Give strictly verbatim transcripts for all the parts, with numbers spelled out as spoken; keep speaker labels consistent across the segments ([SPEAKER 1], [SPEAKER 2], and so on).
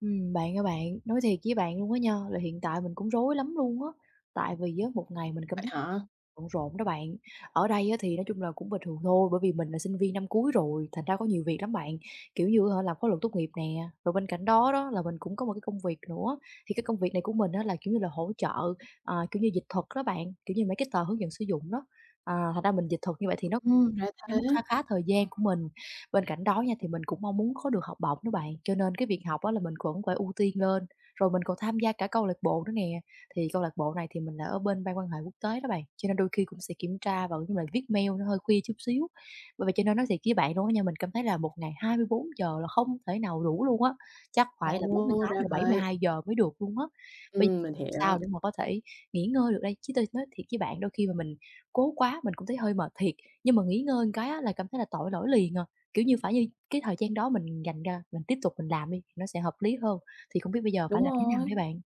[SPEAKER 1] Ừm, bạn ơi bạn, nói thiệt với bạn luôn á nha, là hiện tại mình cũng rối lắm luôn á, tại vì á một ngày mình cảm
[SPEAKER 2] Vậy
[SPEAKER 1] thấy
[SPEAKER 2] hả?
[SPEAKER 1] bận rộn đó bạn. Ở đây á thì nói chung là cũng bình thường thôi, bởi vì mình là sinh viên năm cuối rồi, thành ra có nhiều việc lắm bạn, kiểu như á hả, làm khóa luận tốt nghiệp nè, rồi bên cạnh đó đó là mình cũng có một cái công việc nữa. Thì cái công việc này của mình á là, kiểu như là, hỗ trợ, à, kiểu như, dịch thuật đó bạn, kiểu như, mấy cái tờ hướng dẫn sử dụng đó, à, thành ra mình dịch thuật như vậy thì nó
[SPEAKER 2] Ừm, ra
[SPEAKER 1] nó
[SPEAKER 2] thế.
[SPEAKER 1] mất khá khá thời gian của mình. Bên cạnh đó nha, thì mình cũng mong muốn có được học bổng đó bạn, cho nên cái việc học á là mình cũng phải ưu tiên lên. Rồi mình còn tham gia cả câu lạc bộ nữa nè, thì câu lạc bộ này thì mình là ở bên ban quan hệ quốc tế đó bạn, cho nên đôi khi cũng sẽ kiểm tra và cũng như là viết mail nó hơi khuya chút xíu. Bởi vậy cho nên nói thiệt với bạn luôn á nha, mình cảm thấy là một ngày hai mươi bốn giờ là không thể nào đủ luôn á, chắc
[SPEAKER 2] Ồ,
[SPEAKER 1] phải là bốn mươi tám
[SPEAKER 2] ra
[SPEAKER 1] là bảy mươi
[SPEAKER 2] vậy.
[SPEAKER 1] hai giờ mới được luôn á. Bây giờ
[SPEAKER 2] Ừm, mình
[SPEAKER 1] làm sao
[SPEAKER 2] hiểu.
[SPEAKER 1] để mà có thể nghỉ ngơi được đây? Chứ tôi nói thiệt với bạn đôi khi mà mình cố quá mình cũng thấy hơi mệt thiệt. Nhưng mà nghỉ ngơi một cái á là cảm thấy là tội lỗi liền à, kiểu như, phải như cái thời gian đó mình dành ra mình tiếp tục mình làm đi, nó sẽ hợp lý hơn. Thì không biết bây giờ phải
[SPEAKER 2] Đúng
[SPEAKER 1] làm thế nào
[SPEAKER 2] rồi.
[SPEAKER 1] đấy bạn?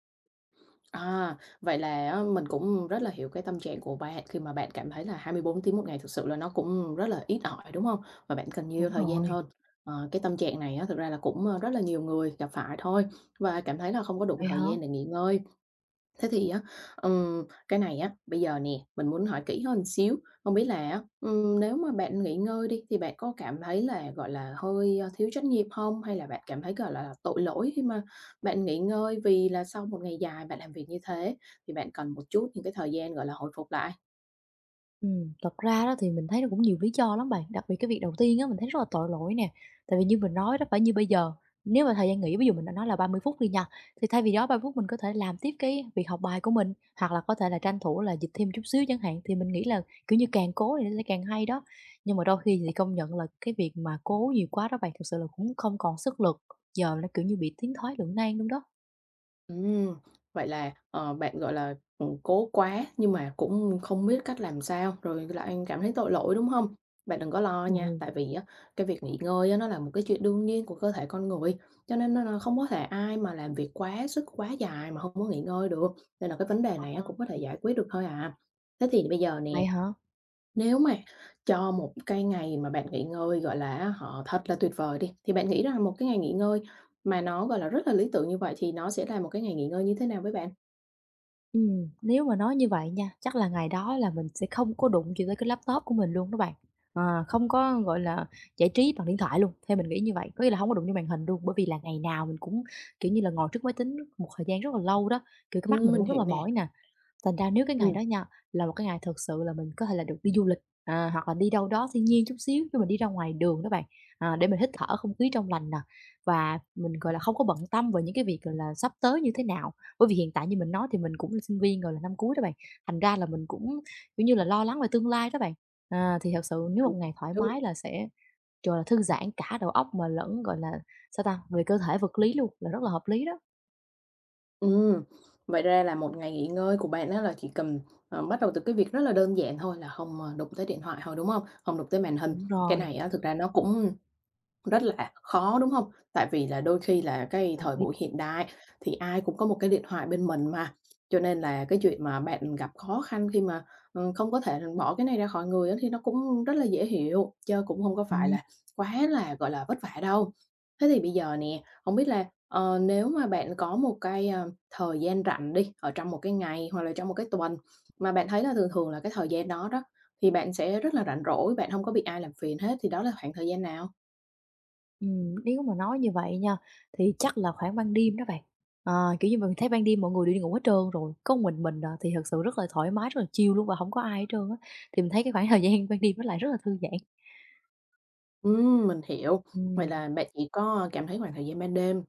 [SPEAKER 2] À, vậy là á mình cũng rất là hiểu cái tâm trạng của bạn khi mà bạn cảm thấy là hai mươi bốn tiếng một ngày thực sự là nó cũng rất là ít ỏi, đúng không? Và bạn cần nhiều
[SPEAKER 1] Đúng
[SPEAKER 2] thời gian
[SPEAKER 1] rồi,
[SPEAKER 2] hơn. Ờ, cái tâm trạng này á thực ra là cũng, ơ, rất là nhiều người gặp phải thôi và cảm thấy là không có đủ
[SPEAKER 1] vậy
[SPEAKER 2] thời
[SPEAKER 1] hả?
[SPEAKER 2] gian để nghỉ ngơi. Thế thì á, ừm, cái này á, bây giờ nè, mình muốn hỏi kỹ hơn xíu, không biết là á, ừm, nếu mà bạn nghỉ ngơi đi thì bạn có cảm thấy là, gọi là, hơi, ơ, thiếu trách nhiệm không? Hay là bạn cảm thấy, gọi là, tội lỗi khi mà bạn nghỉ ngơi vì là sau một ngày dài bạn làm việc như thế thì bạn cần một chút những cái thời gian, gọi là, hồi phục lại?
[SPEAKER 1] Ừm, thật ra đó thì mình thấy nó cũng nhiều lý do lắm bạn, đặc biệt cái việc đầu tiên á, mình thấy rất là tội lỗi nè. Tại vì như mình nói đó, phải như bây giờ, nếu mà thời gian nghỉ ví dụ mình đã nói là ba mươi phút đi nha, thì thay vì đó ba mươi phút mình có thể làm tiếp cái việc học bài của mình, hoặc là có thể là tranh thủ là dịch thêm chút xíu chẳng hạn, thì mình nghĩ là, kiểu như, càng cố thì nó sẽ càng hay đó. Nhưng mà đôi khi thì công nhận là cái việc mà cố nhiều quá đó bạn, thực sự là cũng không còn sức lực, giờ nó, kiểu như, bị tiến thoái lưỡng nan luôn đó.
[SPEAKER 2] Ừm, vậy là, ờ, bạn, gọi là, ừm, cố quá nhưng mà cũng không biết cách làm sao, rồi lại cảm thấy tội lỗi, đúng không? Bạn đừng có lo nha,
[SPEAKER 1] Ồ,
[SPEAKER 2] tại vì á, cái việc nghỉ ngơi á, nó là một cái chuyện đương nhiên của cơ thể con người, cho nên nó là không có thể ai mà làm việc quá sức, quá dài mà không có nghỉ ngơi được, nên là cái vấn đề này á,
[SPEAKER 1] ờ,
[SPEAKER 2] cũng có thể giải quyết được thôi à. Thế thì bây giờ
[SPEAKER 1] vậy
[SPEAKER 2] nè,
[SPEAKER 1] hả?
[SPEAKER 2] nếu mà cho một cái ngày mà bạn nghỉ ngơi, gọi là á họ thật là tuyệt vời đi, thì bạn nghĩ rằng một cái ngày nghỉ ngơi mà nó, gọi là, rất là lý tưởng như vậy thì nó sẽ là một cái ngày nghỉ ngơi như thế nào với bạn?
[SPEAKER 1] Ừm, nếu mà nói như vậy nha, chắc là ngày đó là mình sẽ không có đụng gì tới cái laptop của mình luôn đó bạn. Ờ, không có, gọi là, giải trí bằng điện thoại luôn, theo mình nghĩ như vậy, có nghĩa là không có đụng vô màn hình luôn, bởi vì là ngày nào mình cũng, kiểu như là, ngồi trước máy tính một thời gian rất là lâu đó, kiểu, cái mắt
[SPEAKER 2] Ừm,
[SPEAKER 1] mình
[SPEAKER 2] mình
[SPEAKER 1] cũng rất là
[SPEAKER 2] hiểu nè,
[SPEAKER 1] mỏi nè. Thành ra nếu cái ngày
[SPEAKER 2] ừm,
[SPEAKER 1] đó nha, là một cái ngày thực sự là mình có thể là được đi du lịch, à, hoặc là đi đâu đó thiên nhiên chút xíu, chứ mình đi ra ngoài đường đó bạn, à, để mình hít thở không khí trong lành nè. Và mình, gọi là, không có bận tâm về những cái việc, gọi là, sắp tới như thế nào. Bởi vì hiện tại như mình nói thì mình cũng là sinh viên rồi, là năm cuối đó bạn, thành ra là mình cũng, kiểu như là, lo lắng về tương lai đó bạn. À, thì thật sự nếu một ngày thoải
[SPEAKER 2] hiểu,
[SPEAKER 1] mái là sẽ, gọi là, thư giãn cả đầu óc mà lẫn, gọi là, sao ta, về cơ thể vật lý luôn, là rất là hợp lý đó.
[SPEAKER 2] ừm. Vậy ra là một ngày nghỉ ngơi của bạn á là chỉ cần, ờ, bắt đầu từ cái việc rất là đơn giản thôi là không, ờ, đụng tới điện thoại thôi, đúng hông? Hông đụng tới màn hình.
[SPEAKER 1] Đúng
[SPEAKER 2] Cái
[SPEAKER 1] rồi,
[SPEAKER 2] này á thực ra nó cũng rất là khó, đúng không? Tại vì là đôi khi là cái
[SPEAKER 1] đồng
[SPEAKER 2] thời
[SPEAKER 1] ý.
[SPEAKER 2] buổi hiện đại thì ai cũng có một cái điện thoại bên mình mà, cho nên là cái chuyện mà bạn gặp khó khăn khi mà, ờ, không có thể bỏ cái này ra khỏi người á thì nó cũng rất là dễ hiểu, chớ cũng không có phải
[SPEAKER 1] Ừm.
[SPEAKER 2] là quá là, gọi là, vất vả đâu. Thế thì bây giờ nè, không biết là, ờ, nếu mà bạn có một cái, a, thời gian rảnh đi, ở trong một cái ngày hoặc là trong một cái tuần mà bạn thấy là thường thường là cái thời gian đó đó, thì bạn sẽ rất là rảnh rỗi, bạn không có bị ai làm phiền hết thì đó là khoảng thời gian nào?
[SPEAKER 1] Ừm, nếu mà nói như vậy nha, thì chắc là khoảng ban đêm đó bạn. Ờ, kiểu như, mình thấy ban đêm mọi người đi ngủ hết trơn rồi, có một mình mình à, thì thật sự rất là thoải mái, rất là chill luôn và không có ai hết trơn á, thì mình thấy cái khoảng thời gian ban đêm nó lại rất là thư giãn.
[SPEAKER 2] Ừm, mình hiểu. Vậy
[SPEAKER 1] Ừm,
[SPEAKER 2] là bạn chỉ có cảm thấy khoảng thời gian ban đêm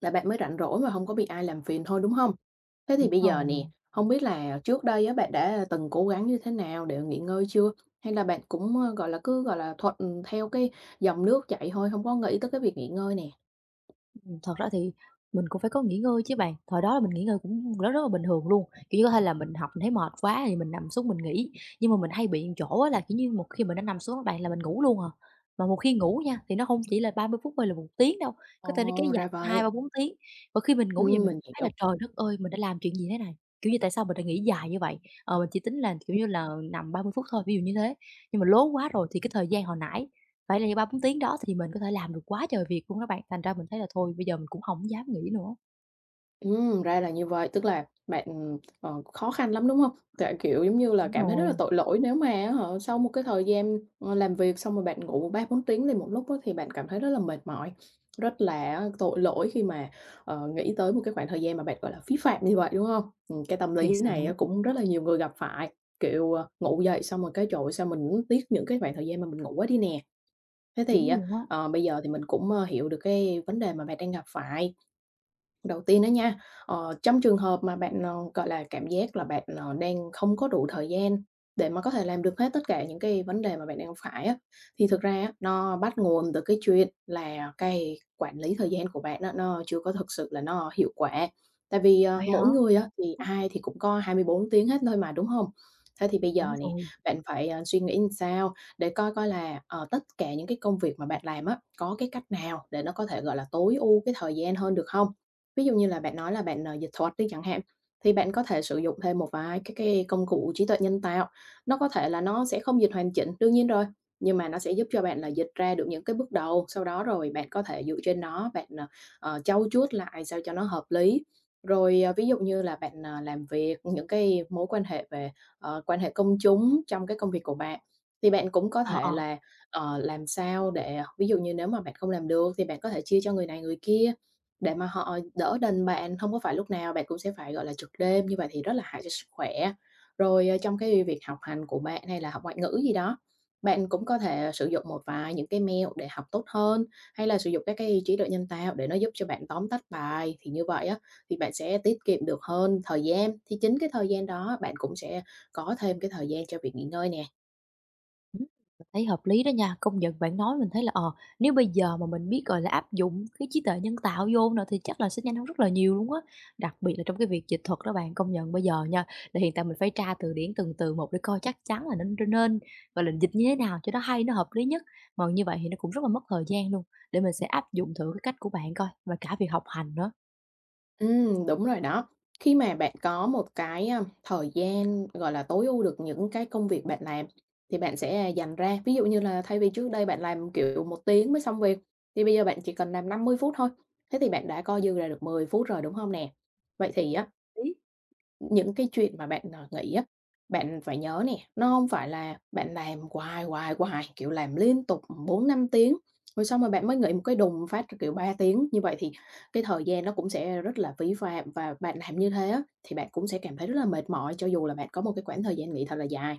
[SPEAKER 2] là bạn mới rảnh rỗi và không có bị ai làm phiền thôi, đúng không? Thế thì
[SPEAKER 1] đúng
[SPEAKER 2] bây giờ
[SPEAKER 1] rồi.
[SPEAKER 2] nè, không biết là trước đây á, bạn đã từng cố gắng như thế nào để nghỉ ngơi chưa? Hay là bạn cũng, ơ, gọi là, cứ, gọi là, thuận theo cái dòng nước chảy thôi, không có nghĩ tới cái việc nghỉ ngơi nè?
[SPEAKER 1] Thật ra thì mình cũng phải có nghỉ ngơi chứ bạn, thời đó là mình nghỉ ngơi cũng rất rất là bình thường luôn, kiểu như, có thể là mình học mình thấy mệt quá thì mình nằm xuống mình nghỉ. Nhưng mà mình hay bị một chỗ á là, kiểu như, một khi mình đã nằm xuống các bạn là mình ngủ luôn à, mà một khi ngủ nha thì nó không chỉ là ba mươi phút hay là một tiếng đâu, có thể nó kéo
[SPEAKER 2] Ồ,
[SPEAKER 1] dài
[SPEAKER 2] ra
[SPEAKER 1] hai
[SPEAKER 2] vậy.
[SPEAKER 1] ba bốn tiếng. Và khi mình ngủ vậy
[SPEAKER 2] Ừm,
[SPEAKER 1] mình
[SPEAKER 2] mình
[SPEAKER 1] thấy là
[SPEAKER 2] hiểu.
[SPEAKER 1] "Trời đất ơi, mình đã làm chuyện gì thế này?" Kiểu như, tại sao mình đã nghỉ dài như vậy? Ờ, mình chỉ tính là, kiểu như là, nằm ba mươi phút thôi, ví dụ như thế, nhưng mà lố quá rồi thì cái thời gian hồi nãy vậy là như ba bốn tiếng đó thì mình có thể làm được quá trời việc luôn đó bạn, thành ra mình thấy là thôi bây giờ mình cũng hổng dám nghĩ nữa.
[SPEAKER 2] Ừm, ra là như vậy, tức là bạn, ờ, khó khăn lắm, đúng hông? Tại, kiểu, giống như là,
[SPEAKER 1] Đúng
[SPEAKER 2] cảm thấy rất là
[SPEAKER 1] rồi,
[SPEAKER 2] tội lỗi nếu mà á hả, sau một cái thời gian, ờ, làm việc xong rồi bạn ngủ ba bốn tiếng liền một lúc á, thì bạn cảm thấy rất là mệt mỏi, rất là á tội lỗi khi mà, ờ, nghĩ tới một cái khoảng thời gian mà bạn, gọi là, phí phạm như vậy, đúng hông? Ừm, cái tâm
[SPEAKER 1] thiệt
[SPEAKER 2] lý
[SPEAKER 1] sự,
[SPEAKER 2] này á cũng rất là nhiều người gặp phải, kiểu, ờ, ngủ dậy xong rồi cái "Trời ơi, sao mình nuối tiếc những cái khoảng thời gian mà mình ngủ quá đi nè." Thế thì
[SPEAKER 1] đúng
[SPEAKER 2] á,
[SPEAKER 1] luôn á.
[SPEAKER 2] ờ, bây giờ thì mình cũng, ơ, hiểu được cái vấn đề mà bạn đang gặp phải. Đầu tiên đó nha, ờ, trong trường hợp mà bạn, ờ, gọi là, cảm giác là bạn, ờ, đang không có đủ thời gian để mà có thể làm được hết tất cả những cái vấn đề mà bạn đang phải á, thì thực ra á, nó bắt nguồn từ cái chuyện là cái quản lý thời gian của bạn á, nó chưa có thực sự là nó hiệu quả. Tại vì, ờ,
[SPEAKER 1] Vậy hả?
[SPEAKER 2] mỗi người á, thì ai thì cũng có hai mươi bốn tiếng hết thôi mà, đúng không? Thế thì bây
[SPEAKER 1] Đúng
[SPEAKER 2] giờ nè,
[SPEAKER 1] rồi,
[SPEAKER 2] bạn phải, ờ, suy nghĩ làm sao để coi coi là, ờ, tất cả những cái công việc mà bạn làm á, có cái cách nào để nó có thể, gọi là, tối ưu cái thời gian hơn được không? Ví dụ như là bạn nói là bạn, ờ, dịch thuật đi chẳng hạn, thì bạn có thể sử dụng thêm một vài cái cái công cụ trí tuệ nhân tạo. Nó có thể là nó sẽ không dịch hoàn chỉnh, đương nhiên rồi, nhưng mà nó sẽ giúp cho bạn là dịch ra được những cái bước đầu, sau đó rồi bạn có thể dựa trên nó bạn, ờ, ờ, trau chuốt lại sao cho nó hợp lý. Rồi, ờ, ví dụ như là bạn, ờ, làm việc, những cái mối quan hệ về, ờ, quan hệ công chúng trong cái công việc của bạn, thì bạn cũng có
[SPEAKER 1] ờ, ờ.
[SPEAKER 2] thể là, ờ, làm sao để ờ, ví dụ như nếu mà bạn không làm được thì bạn có thể chia cho người này người kia. Để mà họ đỡ đần bạn, không có phải lúc nào bạn cũng sẽ phải, gọi là, trực đêm, như vậy thì rất là hại cho sức khỏe. Rồi, ờ, trong cái việc học hành của bạn hay là học ngoại ngữ gì đó, bạn cũng có thể sử dụng một vài những cái mẹo để học tốt hơn, hay là sử dụng các cái trí tuệ nhân tạo để nó giúp cho bạn tóm tắt bài. Thì như vậy á, thì bạn sẽ tiết kiệm được hơn thời gian, thì chính cái thời gian đó bạn cũng sẽ có thêm cái thời gian cho việc nghỉ ngơi nè.
[SPEAKER 1] Ừm, mình thấy hợp lý đó nha, công nhận bạn nói mình thấy là, ờ, nếu bây giờ mà mình biết, gọi là, áp dụng cái trí tuệ nhân tạo vô nữa thì chắc là sẽ nhanh hơn rất là nhiều luôn á. Đặc biệt là trong cái việc dịch thuật đó bạn, công nhận bây giờ nha, là hiện tại mình phải tra từ điển từng từ một để coi chắc chắn là nên nên, gọi là, dịch như thế nào cho nó hay, nó hợp lý nhất. Mà như vậy thì nó cũng rất là mất thời gian luôn, để mình sẽ áp dụng thử cái cách của bạn coi và cả việc học hành nữa.
[SPEAKER 2] Ừm, đúng rồi đó. Khi mà bạn có một cái, a, thời gian, gọi là, tối ưu được những cái công việc bạn làm thì bạn sẽ, à, dành ra. Ví dụ như là thay vì trước đây bạn làm, kiểu, một tiếng mới xong việc, thì bây giờ bạn chỉ cần làm năm mươi phút thôi. Thế thì bạn đã co dư ra được mười phút rồi, đúng không nè? Vậy thì á,
[SPEAKER 1] Ý
[SPEAKER 2] những cái chuyện mà bạn, ờ, nghỉ á, bạn phải nhớ nè, nó không phải là bạn làm hoài, hoài, hoài, kiểu, làm liên tục bốn năm tiếng, rồi xong rồi bạn mới nghỉ một cái đùng phát, kiểu, ba tiếng. Như vậy thì cái thời gian nó cũng sẽ rất là phí phạm và bạn làm như thế á, thì bạn cũng sẽ cảm thấy rất là mệt mỏi cho dù là bạn có một cái khoảng thời gian nghỉ thật là dài.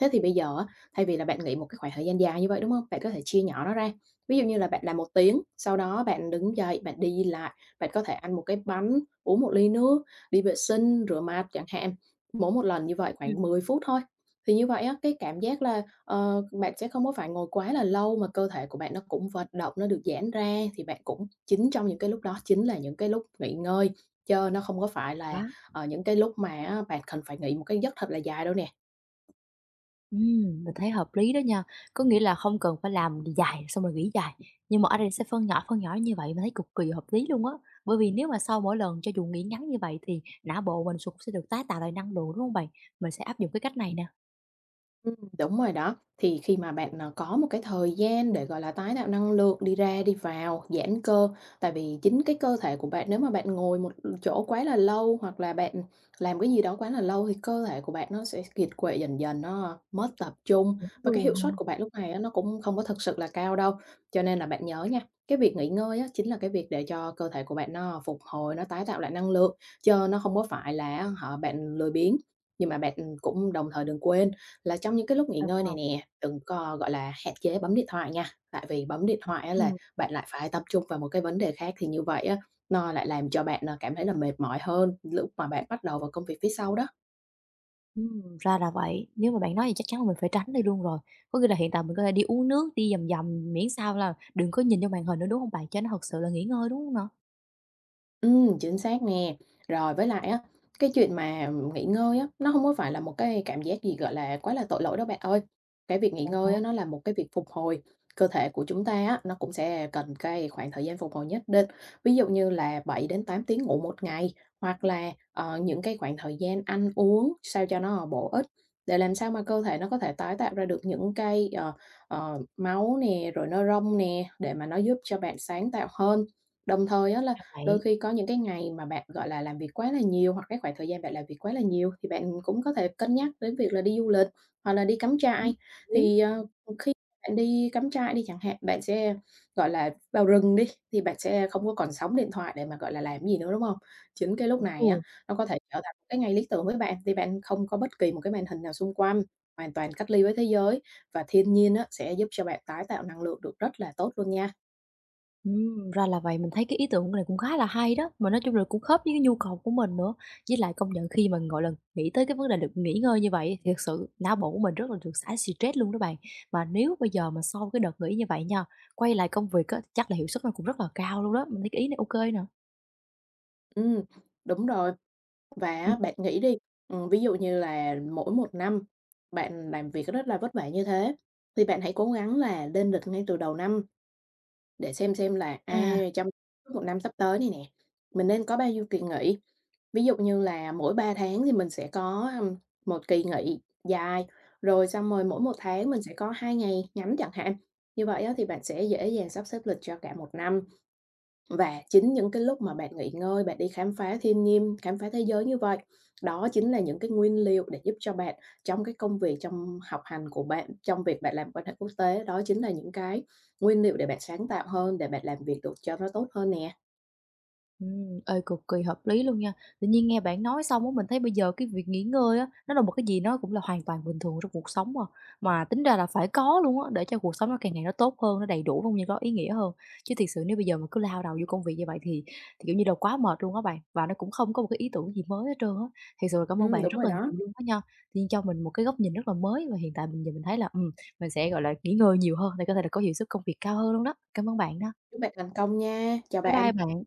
[SPEAKER 2] Thế thì bây giờ á, thay vì là bạn nghỉ một cái khoảng thời gian dài như vậy, đúng không? Bạn có thể chia nhỏ nó ra. Ví dụ như là bạn làm một tiếng, sau đó bạn đứng dậy, bạn đi lại, bạn có thể ăn một cái bánh, uống một ly nước, đi vệ sinh, rửa mặt chẳng hạn, mỗi một lần như vậy
[SPEAKER 1] ừm,
[SPEAKER 2] khoảng mười phút thôi. Thì như vậy á, cái cảm giác là, ờ, bạn sẽ không có phải ngồi quá là lâu mà cơ thể của bạn nó cũng vận động, nó được giãn ra, thì bạn cũng chính trong những cái lúc đó chính là những cái lúc nghỉ ngơi, chớ nó không có phải là,
[SPEAKER 1] quá.
[SPEAKER 2] ờ, những cái lúc mà á bạn cần phải nghỉ một cái giấc thật là dài đâu nè.
[SPEAKER 1] Ừm, mình thấy hợp lý đó nha. Có nghĩa là không cần phải làm dài xong rồi nghỉ dài, nhưng mà ở đây sẽ phân nhỏ, phân nhỏ như vậy mình thấy cực kỳ hợp lý luôn á. Bởi vì nếu mà sau mỗi lần cho dù nghỉ ngắn như vậy thì não bộ mình cũng sẽ được tái tạo lại năng lượng, đúng không bạn? Mình sẽ áp dụng cái cách này nè.
[SPEAKER 2] Ừm, đúng rồi đó. Thì khi mà bạn, ờ, có một cái thời gian để, gọi là, tái tạo năng lượng, đi ra đi vào, giãn cơ, tại vì chính cái cơ thể của bạn nếu mà bạn ngồi một chỗ quá là lâu hoặc là bạn làm cái gì đó quá là lâu thì cơ thể của bạn nó sẽ kiệt quệ dần dần, nó mất tập trung và cái
[SPEAKER 1] Luôn
[SPEAKER 2] hiệu suất
[SPEAKER 1] ha,
[SPEAKER 2] của bạn lúc này á nó cũng không có thực sự là cao đâu. Cho nên là bạn nhớ nha, cái việc nghỉ ngơi á chính là cái việc để cho cơ thể của bạn nó phục hồi, nó tái tạo lại năng lượng, chứ nó không có phải là á hả bạn lười biếng. Nhưng mà bạn cũng đồng thời đừng quên là trong những cái lúc nghỉ
[SPEAKER 1] sao
[SPEAKER 2] ngơi này
[SPEAKER 1] sao?
[SPEAKER 2] nè, đừng có, gọi là, hạn chế bấm điện thoại nha, tại vì bấm điện thoại á là
[SPEAKER 1] Ừm,
[SPEAKER 2] bạn lại phải tập trung vào một cái vấn đề khác thì như vậy á, nó lại làm cho bạn, ờ, cảm thấy là mệt mỏi hơn lúc mà bạn bắt đầu vào công việc phía sau đó.
[SPEAKER 1] ừm, ra là vậy. Nếu mà bạn nói thì chắc chắn là mình phải tránh đây luôn rồi. Có nghĩa là hiện tại mình có thể đi uống nước, đi vòng vòng miễn sao là đừng có nhìn vô màn hình nữa, đúng không bạn? Cho nó thật sự là nghỉ ngơi, đúng không nè?
[SPEAKER 2] Ừm, chính xác nè. Rồi với lại á, cái chuyện mà nghỉ ngơi á, nó không có phải là một cái cảm giác gì, gọi là, quá là tội lỗi đâu bạn ơi. Cái việc nghỉ
[SPEAKER 1] Vậy hả?
[SPEAKER 2] ngơi á, nó là một cái việc phục hồi, cơ thể của chúng ta á, nó cũng sẽ cần cái khoảng thời gian phục hồi nhất định. Ví dụ như là bảy đến tám tiếng ngủ một ngày, hoặc là, ờ, những cái khoảng thời gian ăn uống sao cho nó bổ ích, để làm sao mà cơ thể nó có thể tái tạo ra được những cái, ờ, ờ, máu nè, rồi neuron nè, để mà nó giúp cho bạn sáng tạo hơn. Đồng thời á là
[SPEAKER 1] Ra
[SPEAKER 2] Đôi
[SPEAKER 1] vậy.
[SPEAKER 2] khi có những cái ngày mà bạn, gọi là, làm việc quá là nhiều hoặc cái khoảng thời gian bạn làm việc quá là nhiều thì bạn cũng có thể cân nhắc đến việc là đi du lịch hoặc là đi cắm
[SPEAKER 1] Ừm,
[SPEAKER 2] trại.
[SPEAKER 1] lý,
[SPEAKER 2] Thì, ờ, khi bạn đi cắm trại đi chẳng hạn, bạn sẽ, gọi là, vào rừng đi, thì bạn sẽ không có còn sóng điện thoại để mà, gọi là, làm gì nữa, đúng không? Chính cái lúc
[SPEAKER 1] cũng
[SPEAKER 2] này
[SPEAKER 1] được.
[SPEAKER 2] á, nó có thể trở thành một cái ngày lý tưởng với bạn thì bạn không có bất kỳ một cái màn hình nào xung quanh, hoàn toàn cách ly với thế giới và thiên nhiên á sẽ giúp cho bạn tái tạo năng lượng được rất là tốt luôn nha.
[SPEAKER 1] Ừm, ra là vậy, mình thấy cái ý tưởng này cũng khá là hay đó, mà nói chung là cũng khớp với cái nhu cầu của mình nữa. Với lại công nhận khi mà, gọi là, nghĩ tới cái vấn đề được nghỉ ngơi như vậy thì thực sự não bộ của mình rất là được xả stress luôn đó bạn. Mà nếu bây giờ mà sau cái đợt nghỉ như vậy nha, quay lại công việc á, chắc là hiệu suất nó cũng rất là cao luôn đó, mình thấy cái ý này ok kê nè.
[SPEAKER 2] Ừm, đúng rồi. Và
[SPEAKER 1] Ừm,
[SPEAKER 2] á, bạn nghĩ đi, ừm, ví dụ như là mỗi một năm bạn làm việc rất là vất vả như thế, thì bạn hãy cố gắng là lên lịch ngay từ đầu năm để xem xem là, à,
[SPEAKER 1] à.
[SPEAKER 2] trong một năm sắp tới này nè, mình nên có bao nhiêu kỳ nghỉ. Ví dụ như là mỗi ba tháng thì mình sẽ có, ừm, một kỳ nghỉ dài, rồi xong rồi mỗi một tháng mình sẽ có hai ngày ngắn chẳng hạn. Như vậy á, thì bạn sẽ dễ dàng sắp xếp lịch cho cả một năm. Và chính những cái lúc mà bạn nghỉ ngơi, bạn đi khám phá thiên nhiên, khám phá thế giới như vậy, đó chính là những cái nguyên liệu để giúp cho bạn trong cái công việc, trong học hành của bạn, trong việc bạn làm quan hệ quốc tế, đó chính là những cái nguyên liệu để bạn sáng tạo hơn, để bạn làm việc được cho nó tốt hơn nè.
[SPEAKER 1] Ừm, ê, cực kỳ hợp lý luôn nha. Tự nhiên nghe bạn nói xong á, mình thấy bây giờ cái việc nghỉ ngơi á, nó là một cái gì nó cũng là hoàn toàn bình thường trong cuộc sống mà. Mà tính ra là phải có luôn á, để cho cuộc sống nó càng ngày nó tốt hơn, nó đầy đủ cũng như có ý nghĩa hơn. Chứ thiệt sự nếu bây giờ mà cứ lao đầu vô công việc như vậy thì thì kiểu như đầu quá mệt luôn á bạn, và nó cũng không có một cái ý tưởng gì mới hết trơn á. Thiệt sự là cảm ơn
[SPEAKER 2] Ừm,
[SPEAKER 1] bạn
[SPEAKER 2] đúng
[SPEAKER 1] rất
[SPEAKER 2] rồi
[SPEAKER 1] là
[SPEAKER 2] đó.
[SPEAKER 1] nhiều luôn á nha, tự nhiên cho mình một cái góc nhìn rất là mới và hiện tại mình giờ mình thấy là, ừm, mình sẽ, gọi là, nghỉ ngơi nhiều hơn để có thể là có hiệu suất công việc cao hơn luôn đó. Cảm ơn bạn đó.
[SPEAKER 2] Chúc bạn thành công nha. Chào
[SPEAKER 1] Bye bye
[SPEAKER 2] bạn.
[SPEAKER 1] bạn.